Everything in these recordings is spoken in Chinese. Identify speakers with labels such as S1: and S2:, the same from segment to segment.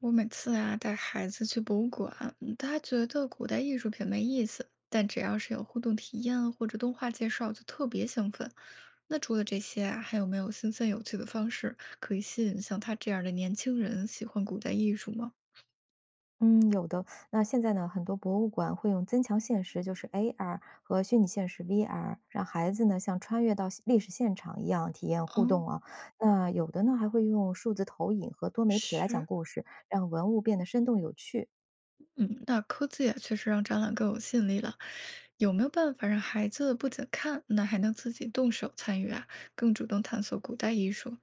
S1: 我每次啊带孩子去博物馆，他觉得古代艺术品没意思，但只要是有互动体验或者动画介绍，就特别兴奋。那除了这些啊，还有没有新鲜有趣的方式可以吸引像他这样的年轻人喜欢古代艺术吗？
S2: 嗯，有的。那现在呢，很多博物馆会用增强现实，就是 AR 和虚拟现实 VR,让孩子呢像穿越到现历史现场一样体验互
S1: 哦，
S2: 动啊。那有的呢还会用数字投影和多媒体来讲
S1: 是，
S2: 故事，让文物变得生动有趣。
S1: 嗯，那科技啊，确实让展览更有吸引力了。有没有办法让孩子不仅看，那还能自己动手参与啊，更主动探索古代艺术？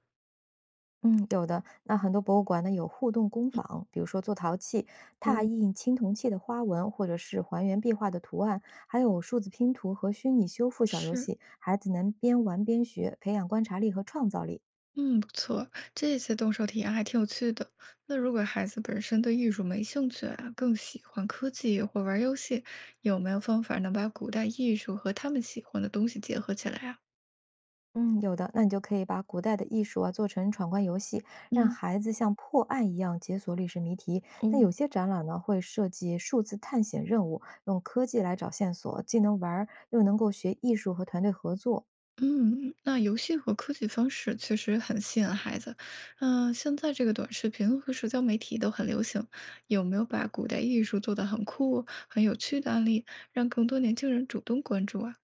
S2: 嗯，有的。那很多博物馆呢有互动工坊，比如说做陶器、拓
S1: 嗯，
S2: 印青铜器的花纹，或者是还原壁画的图案，还有数字拼图和虚拟修复小游
S1: 是，
S2: 戏，孩子能边玩边学，培养观察力和创造力。
S1: 嗯，不错，这些动手体验还挺有趣的。那如果孩子本身对艺术没兴趣啊，更喜欢科技或玩儿游戏，有没有方法能把古代艺术和他们喜欢的东西结合起来啊？
S2: 嗯，有的，那你就可以把古代的艺术啊做成闯关游戏，让
S1: 嗯，
S2: 孩子像破案一样解锁历史谜题。那
S1: 哦，
S2: 有些展览呢会设计数字探险任务，用科技来找线索，既能玩儿又能够学艺术和团队合作。
S1: 嗯，那游戏和科技方式确实很吸引孩子。现在这个短视频和社交媒体都很流行，有没有把古代艺术做得很酷、很有趣的案例，让更多年轻人主动关注啊？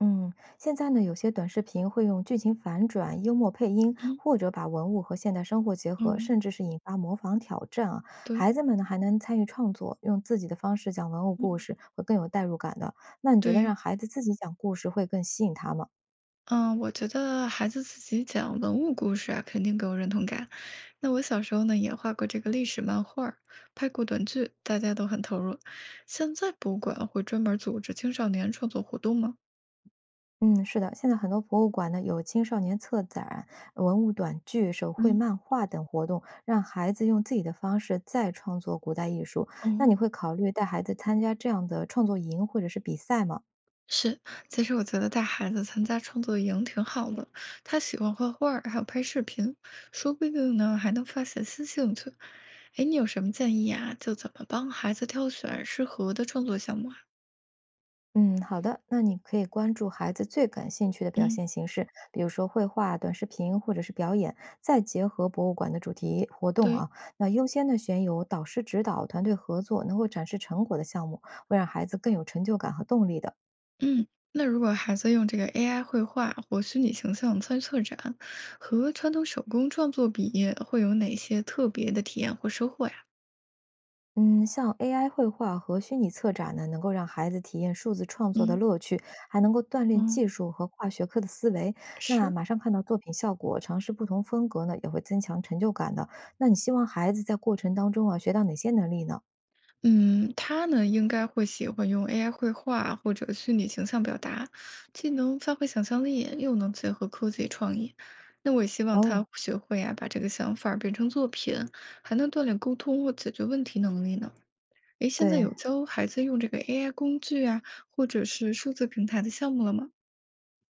S2: 嗯，现在呢，有些短视频会用剧情反转、幽默配音，
S1: 嗯
S2: 或者把文物和现代生活结
S1: 哦，
S2: 合，甚至是引发模仿挑战啊。
S1: 对，
S2: 孩子们呢，还能参与创作，用自己的方式讲文物故
S1: 嗯，
S2: 事，会更有代入感的。那你觉得
S1: 对，
S2: 让孩子自己讲故事会更吸引他吗？
S1: 嗯，我觉得孩子自己讲文物故事啊，肯定更有认同感。那我小时候呢，也画过这个历史漫画儿，拍过短剧，大家都很投入。现在博物馆会专门组织青少年创作活动吗？
S2: 嗯，是的，现在很多博物馆呢有青少年策展、文物短剧、手绘
S1: 嗯，
S2: 漫画等活动，让孩子用自己的方式再创作古代艺术。
S1: 哦，
S2: 那你会考虑带孩子参加这样的创作营或者是比赛吗？
S1: 是，其实我觉得带孩子参加创作营挺好的，他喜欢画画儿，还有拍视频，说不定呢还能发现新兴趣。哎，你有什么建议啊？就怎么帮孩子挑选适合的创作项目啊？
S2: 嗯，好的，那你可以关注孩子最感兴趣的表
S1: 嗯，
S2: 现形式，比如说绘画、短视频或者是表演，再结合博物馆的主题活动
S1: 对，
S2: 啊。那优先的选有导师指导、团队合作、能够展示成果的项目，会让孩子更有成就感和动力的。
S1: 嗯，那如果孩子用这个 AI 绘画或虚拟形象参与策展，和传统手工创作比，会有哪些特别的体验或收获呀？
S2: 嗯，像 AI 绘画和虚拟策展呢，能够让孩子体验数字创作的
S1: 嗯
S2: 乐趣，还能够锻炼
S1: 嗯，
S2: 技术和跨学科的思维。那
S1: 是，
S2: 马上看到作品效果，尝试不同风格呢，也会增强成就感的。那你希望孩子在过程当中啊，学到哪些能力呢？
S1: 嗯，他呢应该会喜欢用 AI 绘画或者虚拟形象表达，既能发挥想象力，又能结合科技创意。那我也希望他
S2: 哦，
S1: 学会啊，把这个想法儿变成作品，还能锻炼沟通或解决问题能力呢。诶，现在
S2: 对。
S1: 有教孩子用这个 AI 工具啊，或者是数字平台的项目了吗？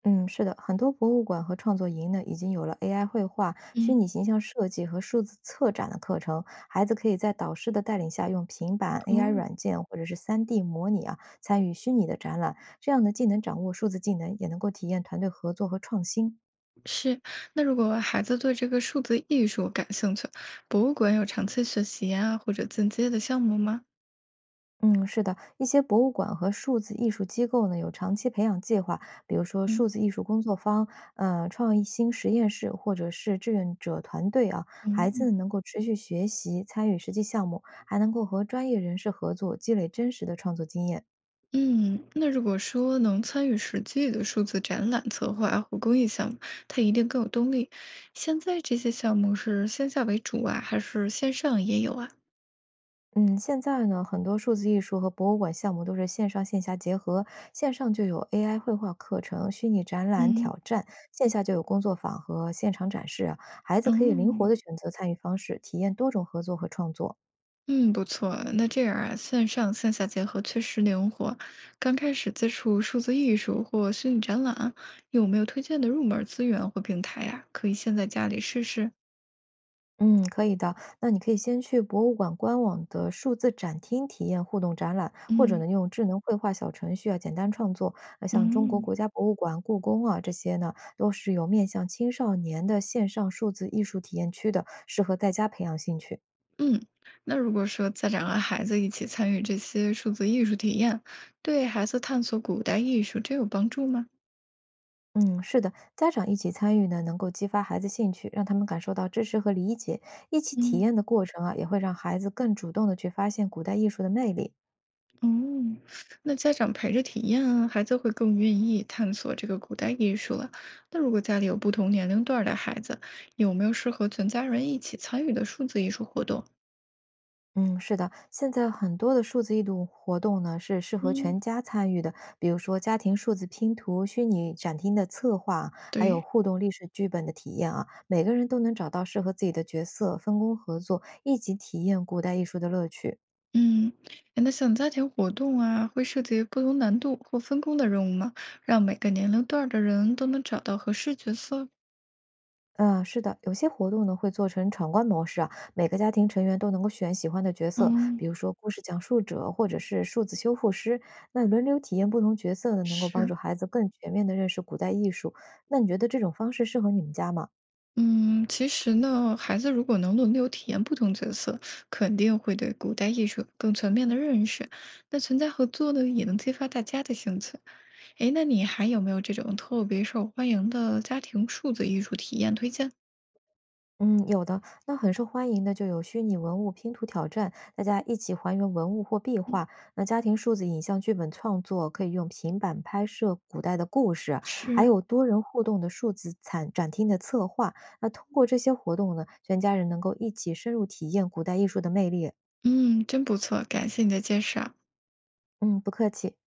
S2: 嗯，是的，很多博物馆和创作营呢，已经有了 AI 绘画、虚
S1: 嗯，
S2: 拟形象设计和数字策展的课程。孩子可以在导师的带领下，用平板、AI
S1: 哦，
S2: 软件或者是 3D 模拟啊，参与虚拟的展览。这样呢，既能掌握数字技能，也能够体验团队合作和创新。
S1: 是。那如果孩子对这个数字艺术感兴趣，博物馆有长期学习啊，或者进阶的项目吗？
S2: 嗯，是的，一些博物馆和数字艺术机构呢，有长期培养计划，比如说
S1: 嗯
S2: 数字艺术工作坊、创意新实验室或者是志愿者团队啊，孩子
S1: 嗯
S2: 能够持续学习，参与实际项目，还能够和专业人士合作，积累真实的创作经验。
S1: 嗯，那如果说能参与实际的数字展览策划啊或公益项目，他一定更有动力。现在这些项目是线下为主啊，还是线上也有啊？
S2: 嗯，现在呢，很多数字艺术和博物馆项目都是线上线下结合，线上就有 AI 绘画课程、虚拟展览
S1: 嗯。
S2: 挑战，线下就有工作坊和现场展示啊孩子可以灵活的
S1: 哦，
S2: 选择参与方式，体验多种合作和创作。
S1: 嗯，不错。那这样啊，线上线下结合确实灵活。刚开始接触数字艺术或虚拟展览，有没有推荐的入门资源或平台呀、可以先在家里试试。
S2: 嗯，可以的。那你可以先去博物馆官网的数字展厅体验互动展览，或者
S1: 嗯
S2: 呢用智能绘画小程序啊简单创作。那像中国
S1: 嗯，
S2: 国家博物馆、故宫啊这些呢，都是有面向青少年的线上数字艺术体验区的，适合在家培养兴趣。
S1: 嗯，那如果说家长和孩子一起参与这些数字艺术体验，对孩子探索古代艺术真有帮助吗？
S2: 嗯，是的，家长一起参与呢，能够激发孩子兴趣，让他们感受到支持和理解。一起体
S1: 嗯。
S2: 验的过程啊，也会让孩子更主动的去发现古代艺术的魅力。
S1: 嗯，那家长陪着体验啊，孩子会更愿意探索这个古代艺术了。那如果家里有不同年龄段儿的孩子，有没有适合全家人一起参与的数字艺术活动？
S2: 嗯，是的，现在很多的数字艺术活动呢是适合
S1: 嗯，
S2: 全家参与的，比如说家庭数字拼图、虚拟展厅的策划，还有
S1: 对，
S2: 互动历史剧本的体验啊，每个人都能找到适合自己的角色，分工合作，一起体验古代艺术的乐趣。
S1: 嗯，哎那像家庭活动啊，会涉及不同难度或分工的任务吗？让每个年龄段儿的人都能找到合适角色。
S2: 嗯，是的，有些活动呢会做成闯关模式啊，每个家庭成员都能够选喜欢的角色，
S1: 嗯，
S2: 比如说故事讲述者或者是数字修复师，那轮流体验不同角色呢，能够帮
S1: 是。
S2: 助孩子更全面的认识古代艺术。那你觉得这种方式适合你们家吗？
S1: 嗯，其实呢，孩子如果能轮流体验不同角色，肯定会对古代艺术有更全面的认识。那存在合作呢，也能激发大家的兴趣。诶，那你还有没有这种特别受欢迎的家庭数字艺术体验推荐？
S2: 嗯，有的，那很受欢迎的就有虚拟文物拼图挑战，大家一起还原文物或壁
S1: 嗯，
S2: 画。那家庭数字影像剧本创作可以用平板拍摄古代的故事，还
S1: 是。
S2: 有多人互动的数字展展厅的策划。那通过这些活动呢，全家人能够一起深入体验古代艺术的魅力。
S1: 嗯，真不错，感谢你的介绍。
S2: 嗯，不客气。